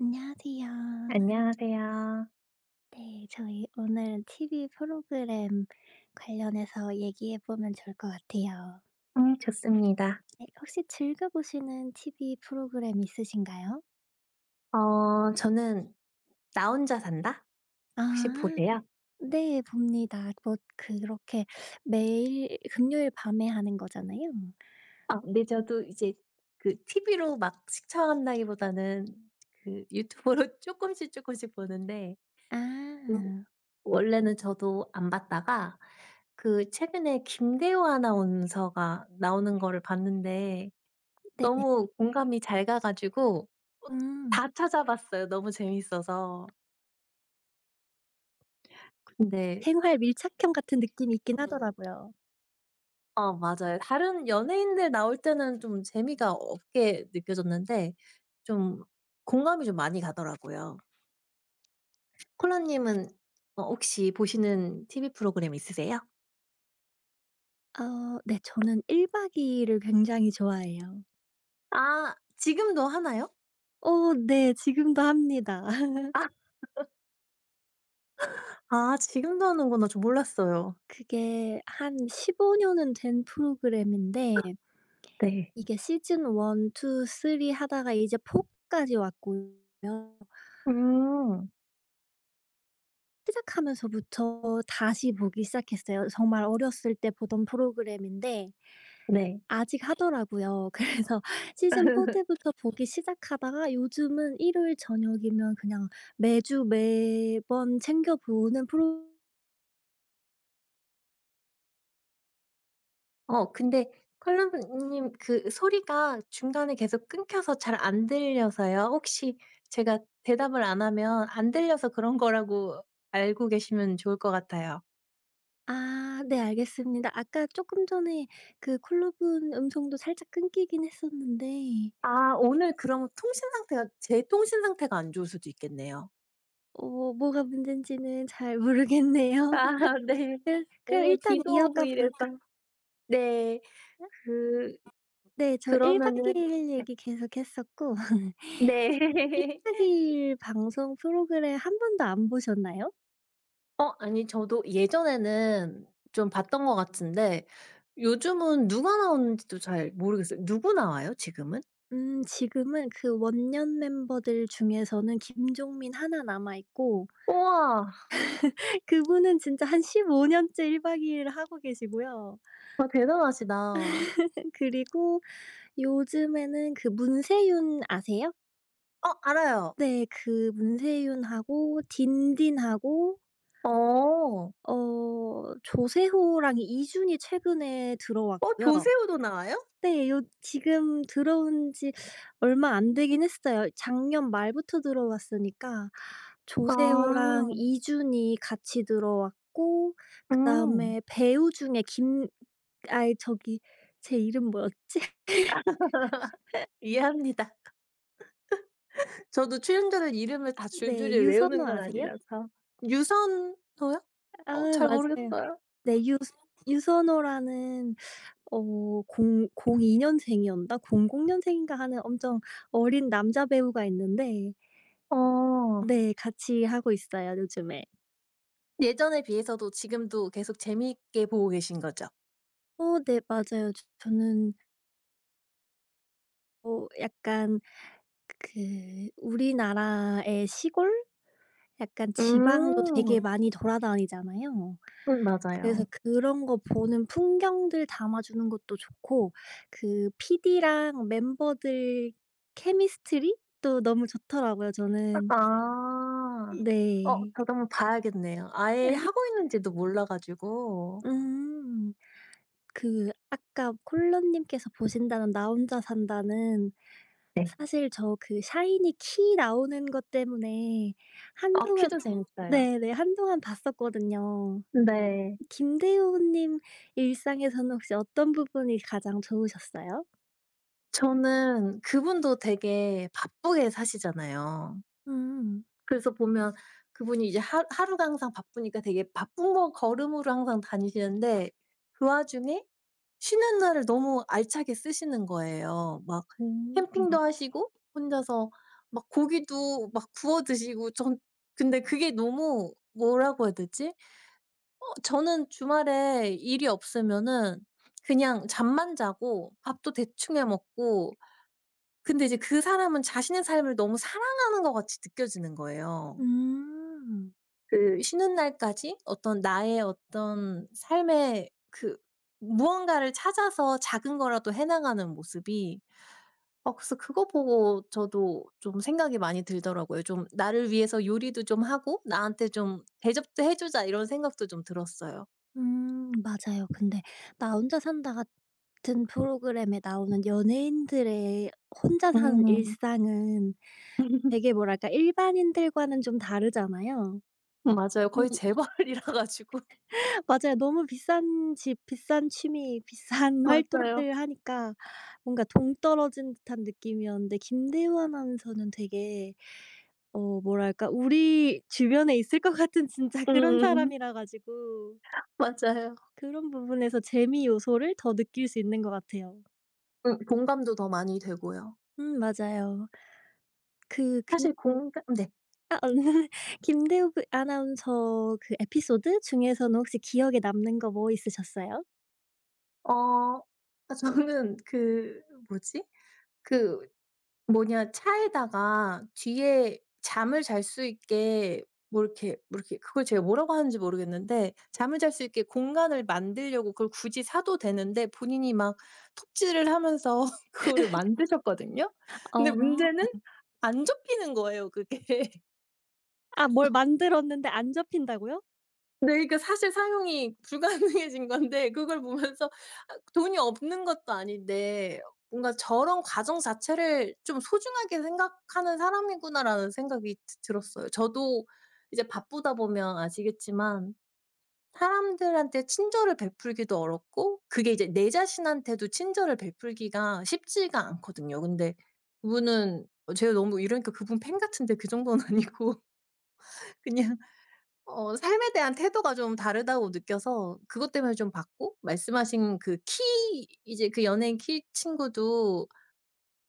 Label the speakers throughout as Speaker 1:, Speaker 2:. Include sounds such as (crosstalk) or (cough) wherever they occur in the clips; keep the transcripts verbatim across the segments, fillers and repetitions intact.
Speaker 1: 안녕하세요.
Speaker 2: 안녕하세요.
Speaker 1: 네, 저희 오늘 티브이 프로그램 관련해서 얘기해 보면 좋을 것 같아요.
Speaker 2: 음, 좋습니다.
Speaker 1: 네, 혹시 즐겨 보시는 티브이 프로그램 있으신가요?
Speaker 2: 어 저는 "나 혼자 산다."
Speaker 1: 아,
Speaker 2: 혹시 보세요?
Speaker 1: 네, 봅니다. 뭐 그렇게 매일 금요일 밤에 하는 거잖아요.
Speaker 2: 아, 네. 저도 이제 그 티비로 막 시청한다기보다는 그 유튜브로 (laughs) 조금씩 조금씩 보는데, 음,
Speaker 1: 아.
Speaker 2: 원래는 저도 안 봤다가 그 최근에 김대호 아나운서가 나오는 거를 봤는데
Speaker 1: 네.
Speaker 2: 너무 공감이 잘 가 가지고 어
Speaker 1: 음.
Speaker 2: 다 찾아봤어요, 너무 재밌어서. 근데
Speaker 1: 생활 밀착형 같은 느낌이 있긴 하더라고요.
Speaker 2: 어, 맞아요. 다른 연예인들 나올 때는 좀 재미가 없게 느껴졌는데 좀 공감이 좀 많이 가더라고요. 콜라 님은 어 혹시 보시는 티비 프로그램 있으세요?
Speaker 1: 어, 네, 저는 일 박 이 일을 굉장히 좋아해요.
Speaker 2: 아, 지금도 하나요?
Speaker 1: 어, 네, 지금도 합니다.
Speaker 2: 아,
Speaker 1: (laughs)
Speaker 2: 아 지금도 하는구나. 저 몰랐어요.
Speaker 1: 그게 한 십오 년은 된 프로그램인데
Speaker 2: 네.
Speaker 1: 이게 시즌 원, 투, 쓰리 하다가 이제 포 까지 왔고요.
Speaker 2: 음.
Speaker 1: 시작하면서부터 다시 보기 시작했어요. 정말 어렸을 때 보던 프로그램인데
Speaker 2: 네.
Speaker 1: 아직 하더라고요. (laughs) 그래서 시즌 사
Speaker 2: (laughs)
Speaker 1: 때부터 보기 시작하다가 요즘은 일요일 저녁이면 그냥 매주 매번 챙겨 보는 프로.
Speaker 2: 어, 근데 컬럼님 그 소리가 중간에 계속 끊겨서 잘 안 들려서요. 혹시 제가 대답을 안 하면 안 들려서 그런 거라고 알고 계시면 좋을 것 같아요.
Speaker 1: 아, 네, 알겠습니다. 아까 조금 전에 그 콜라분 음성도 살짝 끊기긴 했었는데.
Speaker 2: 아, 오늘 그럼 통신 상태가 제 통신 상태가 안 좋을 수도 있겠네요.
Speaker 1: 어, 뭐가 문제인지는 잘
Speaker 2: 아
Speaker 1: 모르겠네요.
Speaker 2: (laughs) 네.
Speaker 1: (laughs) 그 그럼
Speaker 2: 오늘
Speaker 1: 일단
Speaker 2: 비도 오고
Speaker 1: 이어가
Speaker 2: 이래서
Speaker 1: 볼까.
Speaker 2: 네. 그
Speaker 1: 네, 저 일박
Speaker 2: 그러면은
Speaker 1: 2일 얘기 계속했었고 (laughs)
Speaker 2: 네. (laughs)
Speaker 1: 일박 이 일 방송 프로그램 한 번도 안 보셨나요?
Speaker 2: 어, 아니 저도 예전에는 좀 봤던 것 같은데 요즘은 누가 나오는지도 잘 모르겠어요. 누구 나와요 지금은?
Speaker 1: 음 지금은 그 원년 멤버들 중에서는 김종민 하나 남아 있고
Speaker 2: 우와.
Speaker 1: (laughs) 그분은 진짜 한 십오 년째 일박2 일을 하고 계시고요.
Speaker 2: 아, 대단하시다.
Speaker 1: 그리고 요즘에는 그 문세윤 아세요?
Speaker 2: 어, 알아요.
Speaker 1: 네. 그 문세윤하고 딘딘하고,
Speaker 2: 어.
Speaker 1: 어, 조세호랑 이준이 최근에
Speaker 2: 어,
Speaker 1: 들어왔고요.
Speaker 2: 조세호도 나와요?
Speaker 1: 네. 요 지금 들어온 지 얼마 안 되긴 했어요. 작년 말부터 들어왔으니까 네.
Speaker 2: 아.
Speaker 1: 조세호랑 이준이 같이 들어왔고 음.
Speaker 2: 음.
Speaker 1: 그다음에 배우 중에 김 아이 저기 제 이름 뭐였지? (laughs)
Speaker 2: 이해합니다. (laughs) 저도 출연자들 이름을 다
Speaker 1: 네.
Speaker 2: 줄줄이 외우는
Speaker 1: 유선호
Speaker 2: 건
Speaker 1: 아세요?
Speaker 2: 아니라서. 유선호요?
Speaker 1: 아,
Speaker 2: 어, 잘
Speaker 1: 맞아요.
Speaker 2: 모르겠어요.
Speaker 1: 네. 유 유선호라는, 어, 공 공이 년생이었나 공공 년생인가 하는 엄청 어린 남자 배우가 있는데.
Speaker 2: 어.
Speaker 1: 네, 같이 하고 있어요 요즘에.
Speaker 2: 예전에 비해서도 지금도 계속 재미있게 보고 계신 거죠?
Speaker 1: 어, 네, 맞아요. 저 저는, 어, 약간 그 우리나라의 시골, 약간 지방도 되게
Speaker 2: 음.
Speaker 1: 많이 돌아다니잖아요.
Speaker 2: 음,
Speaker 1: 그래서
Speaker 2: 맞아요.
Speaker 1: 그런 거 보는 풍경들 담아 주는 것도 좋고, 그 피디랑 멤버들 케미스트리도 너무 좋더라고요, 저는.
Speaker 2: 아. 어,
Speaker 1: 네.
Speaker 2: 저도 한번 봐야겠네요. 아예 하고
Speaker 1: (laughs)
Speaker 2: 있는지도 몰라 가지고.
Speaker 1: 음. 그 아까 콜런님께서 보신다는 나 혼자 산다는,
Speaker 2: 네.
Speaker 1: 사실 저 그 샤이니 키 나오는 것 때문에
Speaker 2: 아,
Speaker 1: 한동안.
Speaker 2: 퀴즈 재밌어요.
Speaker 1: 네네, 한동안 봤었거든요.
Speaker 2: 네.
Speaker 1: 김대호 님 일상에서는 혹시 어떤 부분이 가장 좋으셨어요?
Speaker 2: 저는 그분도 되게 바쁘게 사시잖아요.
Speaker 1: 음.
Speaker 2: 그래서 보면 그분이 이제 하 하루가 항상 바쁘니까 되게 바쁜 거 걸음으로 항상 다니시는데 그 와중에 쉬는 날을 너무 알차게 쓰시는 거예요. 막
Speaker 1: 오.
Speaker 2: 캠핑도 하시고 혼자서 막 고기도 막 구워 드시고 전, 근데 그게 너무 뭐라고 해야 되지? 어, 저는 주말에 일이 없으면은 그냥 잠만 자고 밥도 대충 해 먹고, 근데 이제 그 사람은 자신의 삶을 너무 사랑하는 것 같이 느껴지는 거예요.
Speaker 1: 음.
Speaker 2: 그 쉬는 날까지 어떤 나의 어떤 삶의 그 무언가를 찾아서 작은 거라도 해 나가는 모습이, 어, 그래서 그거 보고 저도 좀 생각이 많이 들더라고요. 좀 '나를 위해서 요리도 좀 하고 나한테 좀 대접도 해 주자.' 이런 생각도 좀 들었어요.
Speaker 1: 음 맞아요. 근데 "나 혼자 산다" 같은 프로그램에 나오는 연예인들의 혼자 사는
Speaker 2: 음.
Speaker 1: 일상은 되게
Speaker 2: (laughs)
Speaker 1: 뭐랄까 일반인들과는 좀 다르잖아요.
Speaker 2: 맞아요.
Speaker 1: 음.
Speaker 2: 거의 재벌이라 가지고.
Speaker 1: 맞아요. 너무 비싼 집, 비싼 취미, 비싼 (laughs)
Speaker 2: 맞아요.
Speaker 1: 활동들 하니까 뭔가 동떨어진 듯한 느낌이었는데, 김대원 아나운서는 되게, 어, 뭐랄까, 우리 주변에 있을 것 같은 진짜 그런
Speaker 2: 음음.
Speaker 1: 사람이라 가지고
Speaker 2: 맞아요.
Speaker 1: 그런 부분에서 재미 요소를 더 느낄 수 있는 것 같아요.
Speaker 2: 음, 공감도 더 많이 되고요.
Speaker 1: 음 맞아요. 그 김
Speaker 2: 사실 공감 네.
Speaker 1: 아 오늘 (laughs) 김대우 그 아나운서 그 에피소드 중에서는 혹시 기억에 남는 거 뭐 있으셨어요?
Speaker 2: 어, 아, 저는 그 뭐지? 그 뭐냐 차에다가 뒤에 잠을 잘 수 있게 뭐 이렇게 뭐 이렇게 그걸 제가 뭐라고 하는지 모르겠는데 잠을 잘 수 있게 공간을 만들려고 그걸 굳이 사도 되는데 본인이 막 톱질을 하면서 (laughs) 그거를 만드셨거든요. 근데
Speaker 1: 어.
Speaker 2: 문제는 안 접히는 거예요 그게.
Speaker 1: 아, 뭘
Speaker 2: (laughs)
Speaker 1: 만들었는데 안 접힌다고요?
Speaker 2: 네. 그러니까 사실 사용이 (laughs) 불가능해진 건데 그걸 보면서, 아, 돈이 없는 것도 아닌데 뭔가 '저런 과정 자체를 좀 소중하게 생각하는 사람이구나.'라는 생각이 드 들었어요. 저도 이제 바쁘다 보면 아시겠지만 사람들한테 친절을 베풀기도 어렵고 그게 이제 내 자신한테도 친절을 베풀기가 쉽지가 않거든요. 근데 그분은, 어, 제가 너무 이러니까 그분 팬 같은데 그 정도는 (laughs) 아니고 그냥, 어, 삶에 대한 태도가 좀 다르다고 느껴서 그것 때문에 좀 봤고, 말씀하신 그 키, 이제 그 연예인 키 친구도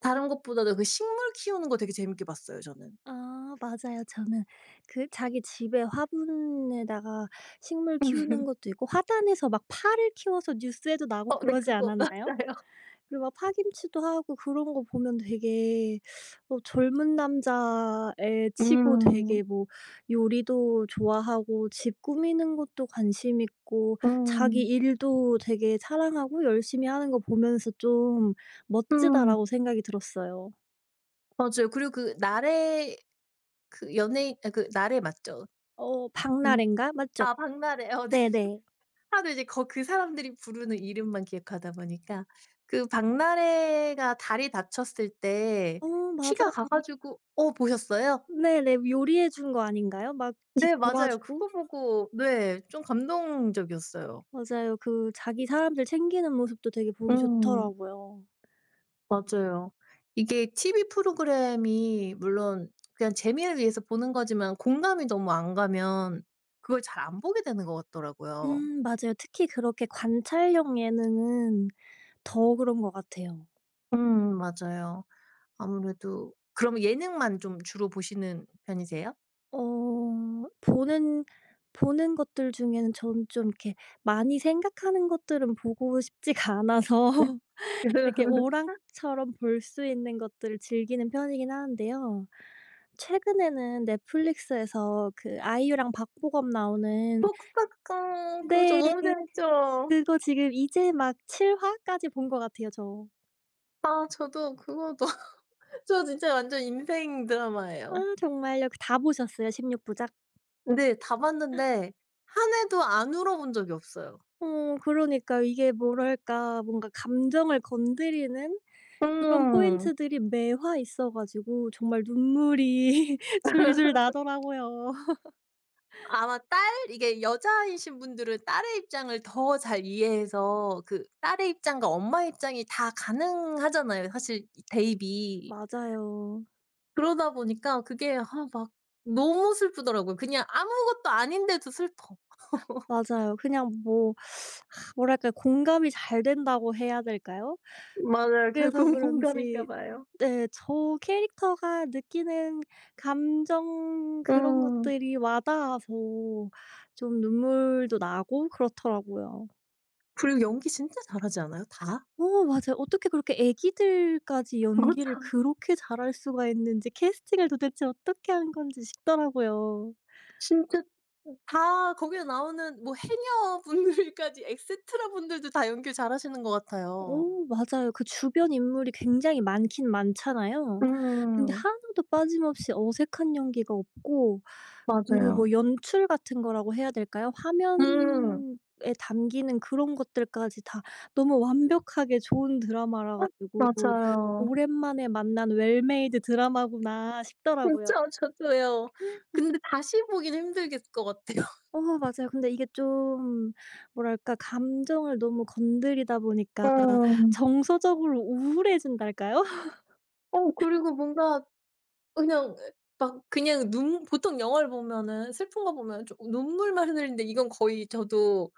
Speaker 2: 다른 것보다도 그 식물 키우는 거 되게 재밌게 봤어요 저는.
Speaker 1: 아, 맞아요. 저는 그 자기 집에 화분에다가 식물 키우는 것도
Speaker 2: (laughs)
Speaker 1: 있고, 화단에서 막 파를 키워서 뉴스에도 나고
Speaker 2: 어, 네
Speaker 1: 그러지
Speaker 2: 그거 (laughs)
Speaker 1: 않았나요?
Speaker 2: 맞아요.
Speaker 1: 그리고 막 파김치도 하고 그런 거 보면 되게, 어, 젊은 남자애 치고
Speaker 2: 음.
Speaker 1: 되게 뭐 요리도 좋아하고 집 꾸미는 것도 관심 있고 자기
Speaker 2: 음.
Speaker 1: 일도 되게 사랑하고 열심히 하는 거 보면서 좀
Speaker 2: 음.
Speaker 1: '멋지다.'라고 생각이 들었어요.
Speaker 2: 맞아요. 그리고 그 나래, 그 연예인, 아 그 나래 맞죠?
Speaker 1: 어,
Speaker 2: 음.
Speaker 1: 박나래인가? 맞죠?
Speaker 2: 아, 박나래. 어, 네.
Speaker 1: 네네.
Speaker 2: 하도 이제 거 그 사람들이 부르는 이름만 기억하다 보니까. 그 박나래가 다리 다쳤을 때
Speaker 1: 어,
Speaker 2: 티가 가
Speaker 1: 맞아요.
Speaker 2: 가지고 어, 보셨어요?
Speaker 1: 네. 네. 요리해 준 거 아닌가요? 막 집
Speaker 2: 네, 맞아요.
Speaker 1: 도와주고.
Speaker 2: 그거 보고 네 좀 감동적이었어요.
Speaker 1: 맞아요. 그 자기 사람들 챙기는 모습도 되게 보기
Speaker 2: 음,
Speaker 1: 좋더라고요.
Speaker 2: 맞아요. 이게 티비 프로그램이 물론 그냥 재미를 위해서 보는 거지만 공감이 너무 안 가면 그걸 잘 안 보게 되는 것 같더라고요.
Speaker 1: 음 맞아요. 특히 그렇게 관찰형 예능은 더 그런 것 같아요.
Speaker 2: 음, 맞아요. 아무래도 그러면 예능만 좀 주로 보시는 편이세요?
Speaker 1: 어, 보는 보는 것들 중에는 저는 좀 이렇게 많이 생각하는 것들은 보고 싶지가 않아서 (laughs) 이렇게
Speaker 2: (laughs)
Speaker 1: 오랑처럼 볼 수 있는 것들을 즐기는 편이긴 하는데요. 최근에는 넷플릭스에서 그 아이유랑 박보검 나오는.
Speaker 2: 복사강 그거좀 너무
Speaker 1: 네.
Speaker 2: 재밌죠.
Speaker 1: 그거 지금 이제 막 칠 화까지 본 것 같아요, 저.
Speaker 2: 아 저도 그거 너 (laughs) 저 진짜 완전 인생
Speaker 1: 아,
Speaker 2: 드라마예요.
Speaker 1: 정말요? 그 다 보셨어요 십육 부작?
Speaker 2: 근데 다 봤는데 한 해도 안 울어본 적이 없어요.
Speaker 1: 어, 그러니까 이게 뭐랄까 뭔가 감정을 건드리는 그런
Speaker 2: 음.
Speaker 1: 포인트들이 매화 있어 가지고 정말 눈물이 (laughs) 줄줄 나더라고요.
Speaker 2: 아마 딸, 이게 여자이신 분들은 딸의 입장을 더 잘 이해해서 그 딸의 입장과 엄마 입장이 다 가능하잖아요, 사실 이 대입이.
Speaker 1: 맞아요.
Speaker 2: 그러다 보니까 그게, 아, 막 너무 슬프더라고요. 그냥 아무것도 아닌데도 슬퍼.
Speaker 1: 맞아요. 그냥 뭐, 아, 뭐랄까요. 공감이 잘 된다고 해야 될까요?
Speaker 2: 맞아요.
Speaker 1: 그래서
Speaker 2: 결국은 공감인가
Speaker 1: 그런지,
Speaker 2: 봐요.
Speaker 1: 네, 저 캐릭터가 느끼는 감정 그런
Speaker 2: 음.
Speaker 1: 것들이 와 닿아서 좀 눈물도 나고 그렇더라고요.
Speaker 2: 그리고 연기 진짜 잘하지 않아요? 다?
Speaker 1: 어, 맞아요. 어떻게 그렇게 애기들까지 연기를
Speaker 2: 맞아.
Speaker 1: 그렇게 잘할 수가 있는지 캐스팅을 도대체 어떻게 한 건지 싶더라고요.
Speaker 2: 진짜 다 거기에 나오는 뭐 해녀분들까지 엑세트라 분들도 다 연기를 잘하시는 것 같아요.
Speaker 1: 어, 맞아요. 그 주변 인물이 굉장히 많긴 많잖아요. 근데
Speaker 2: 음.
Speaker 1: 하나도 빠짐없이 어색한 연기가 없고, 그
Speaker 2: 맞아요.
Speaker 1: 뭐 연출 같은 거라고 해야 될까요?
Speaker 2: 음.
Speaker 1: 화면에 담기는 그런 것들까지 다 너무 완벽하게 좋은 드라마라 가지고
Speaker 2: 맞아요.
Speaker 1: '오랜만에 만난 웰메이드 드라마구나.'
Speaker 2: 진짜
Speaker 1: 싶더라고요.
Speaker 2: 저도요. 근데 다시 보기는 힘들겠 것 같아요.
Speaker 1: 어, 맞아요. 근데 이게 좀 뭐랄까 감정을 너무 건드리다
Speaker 2: 어.
Speaker 1: 보니까 정서적으로 우울해진달까요? (laughs)
Speaker 2: 어, 그리고 뭔가 그냥 막 그냥 눈, 보통 영화를 보면은 슬픈 거 보면 좀 눈물만 흘리는데 이건 거의 저도,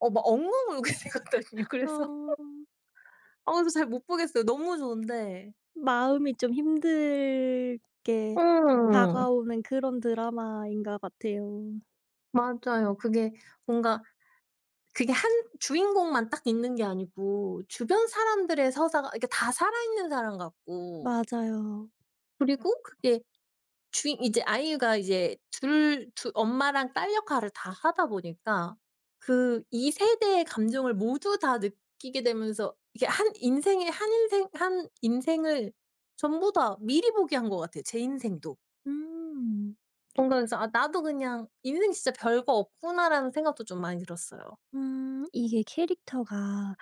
Speaker 2: 어, 막 엉엉 울게 (laughs) 되거든요. 그래서,
Speaker 1: 어,
Speaker 2: 아, 그래서 잘 못 보겠어요. 너무 좋은데.
Speaker 1: 마음이 좀 힘들게
Speaker 2: 음,
Speaker 1: 다가오는 그런 드라마인 것 같아요.
Speaker 2: 맞아요. 그게 뭔가, 그게 한 주인공만 딱 있는 게 아니고 주변 사람들의 서사가 이러다 살아있는 사람 같고.
Speaker 1: 맞아요.
Speaker 2: 그리고 그게 주인, 이제 아이가 이제 둘 두 엄마랑 딸 역할을 다 하다 보니까 그 이 세대의 감정을 모두 다 느끼게 되면서 이게 한 인생의 한 인생 한 인생을 전부 다 미리 보기한 것 같아요, 제 인생도.
Speaker 1: 음.
Speaker 2: 뭔가 그래서 '아 나도 그냥 인생 진짜 별거 없구나.'라는 생각도 좀 많이 들었어요.
Speaker 1: 음 이게 캐릭터가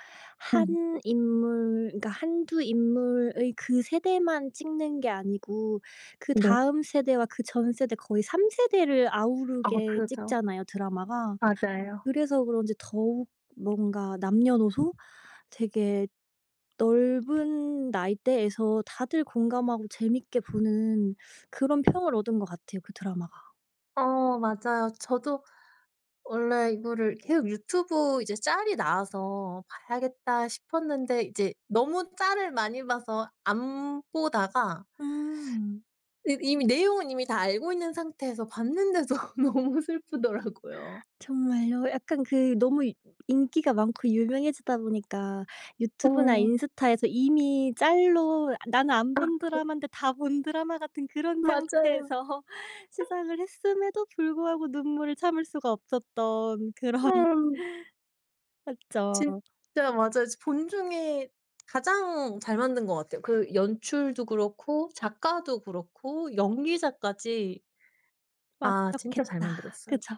Speaker 2: 음.
Speaker 1: 한 인물, 그러니까 한두 인물의 그 세대만 찍는 게 아니고
Speaker 2: 네.
Speaker 1: 그다음 세대와 그 전 세대 거의 삼 세대를
Speaker 2: 아,
Speaker 1: 아우르게
Speaker 2: 그죠.
Speaker 1: 찍잖아요, 드라마가.
Speaker 2: 맞아요.
Speaker 1: 그래서 그런지 더욱 뭔가 남녀노소 되게 넓은 나이대에서 다들 공감하고 재밌게 보는 그런 평을 얻은 것 같아요, 그 드라마가.
Speaker 2: 어, 맞아요. 저도 원래 이거를 계속 유튜브 이제 짤이 나와서 '봐야겠다.' 싶었는데 이제 너무 짤을 많이 봐서 안 보다가
Speaker 1: 음.
Speaker 2: 이 이미 내용은 이미 다 알고 있는 상태에서 봤는데도 (laughs) 너무 슬프더라고요.
Speaker 1: 정말요? 약간 그 너무 이 인기가 많고 유명해지다 보니까
Speaker 2: 어,
Speaker 1: 유튜브나 인스타에서 이미 짤로 '나는 안 본 드라마인데 다 본 드라마.' 같은 그런 (laughs)
Speaker 2: 맞아요.
Speaker 1: 상태에서 시작을 했음에도 불구하고 눈물을 참을 수가 없었던 그런 (laughs)
Speaker 2: 음.
Speaker 1: 맞죠.
Speaker 2: 진짜 맞아요. 본 중에 가장 잘 만든 것 같아요. 그 연출도 그렇고 작가도 그렇고 연기자까지. 아, 진짜 잘
Speaker 1: 완벽했다.
Speaker 2: 만들었어요.
Speaker 1: 그죠?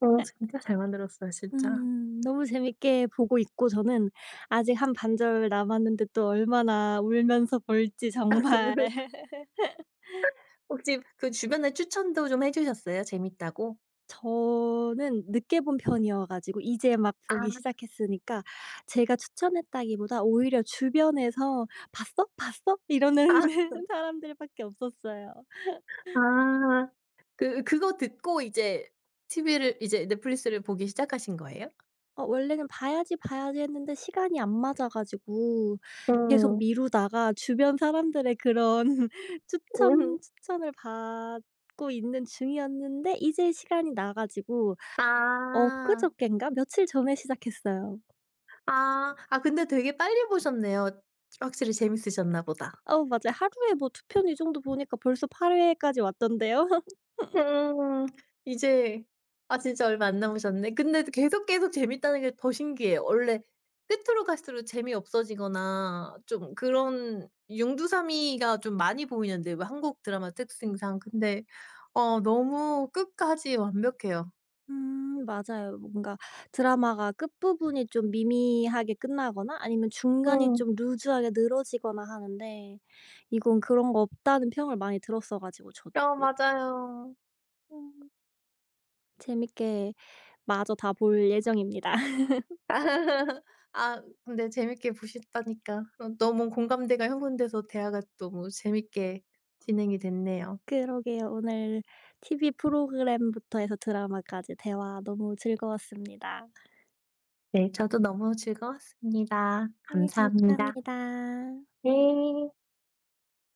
Speaker 2: 어, 진짜 잘 만들었어요 진짜.
Speaker 1: 음 너무 재밌게 보고 있고 저는 아직 한 반절 남았는데 또 얼마나 울면서 볼지 정말.
Speaker 2: (laughs)
Speaker 1: (laughs)
Speaker 2: 혹시 그 주변에 추천도 좀 해 주셨어요? 재밌다고?
Speaker 1: 저는 늦게 본 편이어 가지고 이제 막
Speaker 2: 아.
Speaker 1: 보기 시작했으니까 제가 추천했다기보다 오히려 주변에서 "봤어? 봤어?" 이러는 (laughs) 사람들밖에 없었어요.
Speaker 2: 아. 그 그거 듣고 이제 티비를, 이제 넷플릭스를 보기 시작하신 거예요?
Speaker 1: 어, 원래는 봐야지, 봐야지 했는데 시간이 안 맞아 가지고 계속
Speaker 2: 음.
Speaker 1: 미루다가 주변 사람들의 그런 (laughs) 추천
Speaker 2: 음.
Speaker 1: 추천을 받고 있는 중이었는데 이제 시간이 나 가지고
Speaker 2: 아.
Speaker 1: 엊그저껜가 며칠 전에 시작했어요.
Speaker 2: 아. 아, 근데 되게 빨리 보셨네요. 확실히 재밌으셨나 보다.
Speaker 1: 어, 맞아요. 하루에 뭐 두 편 이 정도 보니까 벌써 팔 회까지 왔던데요. (laughs)
Speaker 2: 음. 이제, 아 진짜 얼마 안 남으셨네. 근데 계속, 계속 재밌다는 게 더 신기해요. 원래 끝으로 갈수록 재미없어지거나 좀 그런 융두사미가 좀 많이 보이는데 왜 한국 드라마 특징상. 근데 어, 너무 끝까지 완벽해요.
Speaker 1: 음 맞아요. 뭔가 드라마가 끝부분이 좀 미미하게 끝나거나 아니면 중간이
Speaker 2: 음.
Speaker 1: 좀 루즈하게 늘어지거나 하는데 이건 그런 거 없다는 평을 많이 들었어 가지고 저도
Speaker 2: 어, 맞아요.
Speaker 1: 음 재밌게 마저 다 볼 예정입니다. (laughs)
Speaker 2: (laughs) 아, 근데 재밌게 보셨다니까. 어, 너무 공감대가 형성돼서 대화가 너무 재밌게 진행이 됐네요.
Speaker 1: 그러게요. 오늘 티브이 프로그램부터 해서 드라마까지 대화 너무 즐거웠습니다.
Speaker 2: 네, 저도 너무 즐거웠습니다.
Speaker 1: 네. 아,
Speaker 2: 감사합니다.
Speaker 1: 감사합니다.
Speaker 2: 네.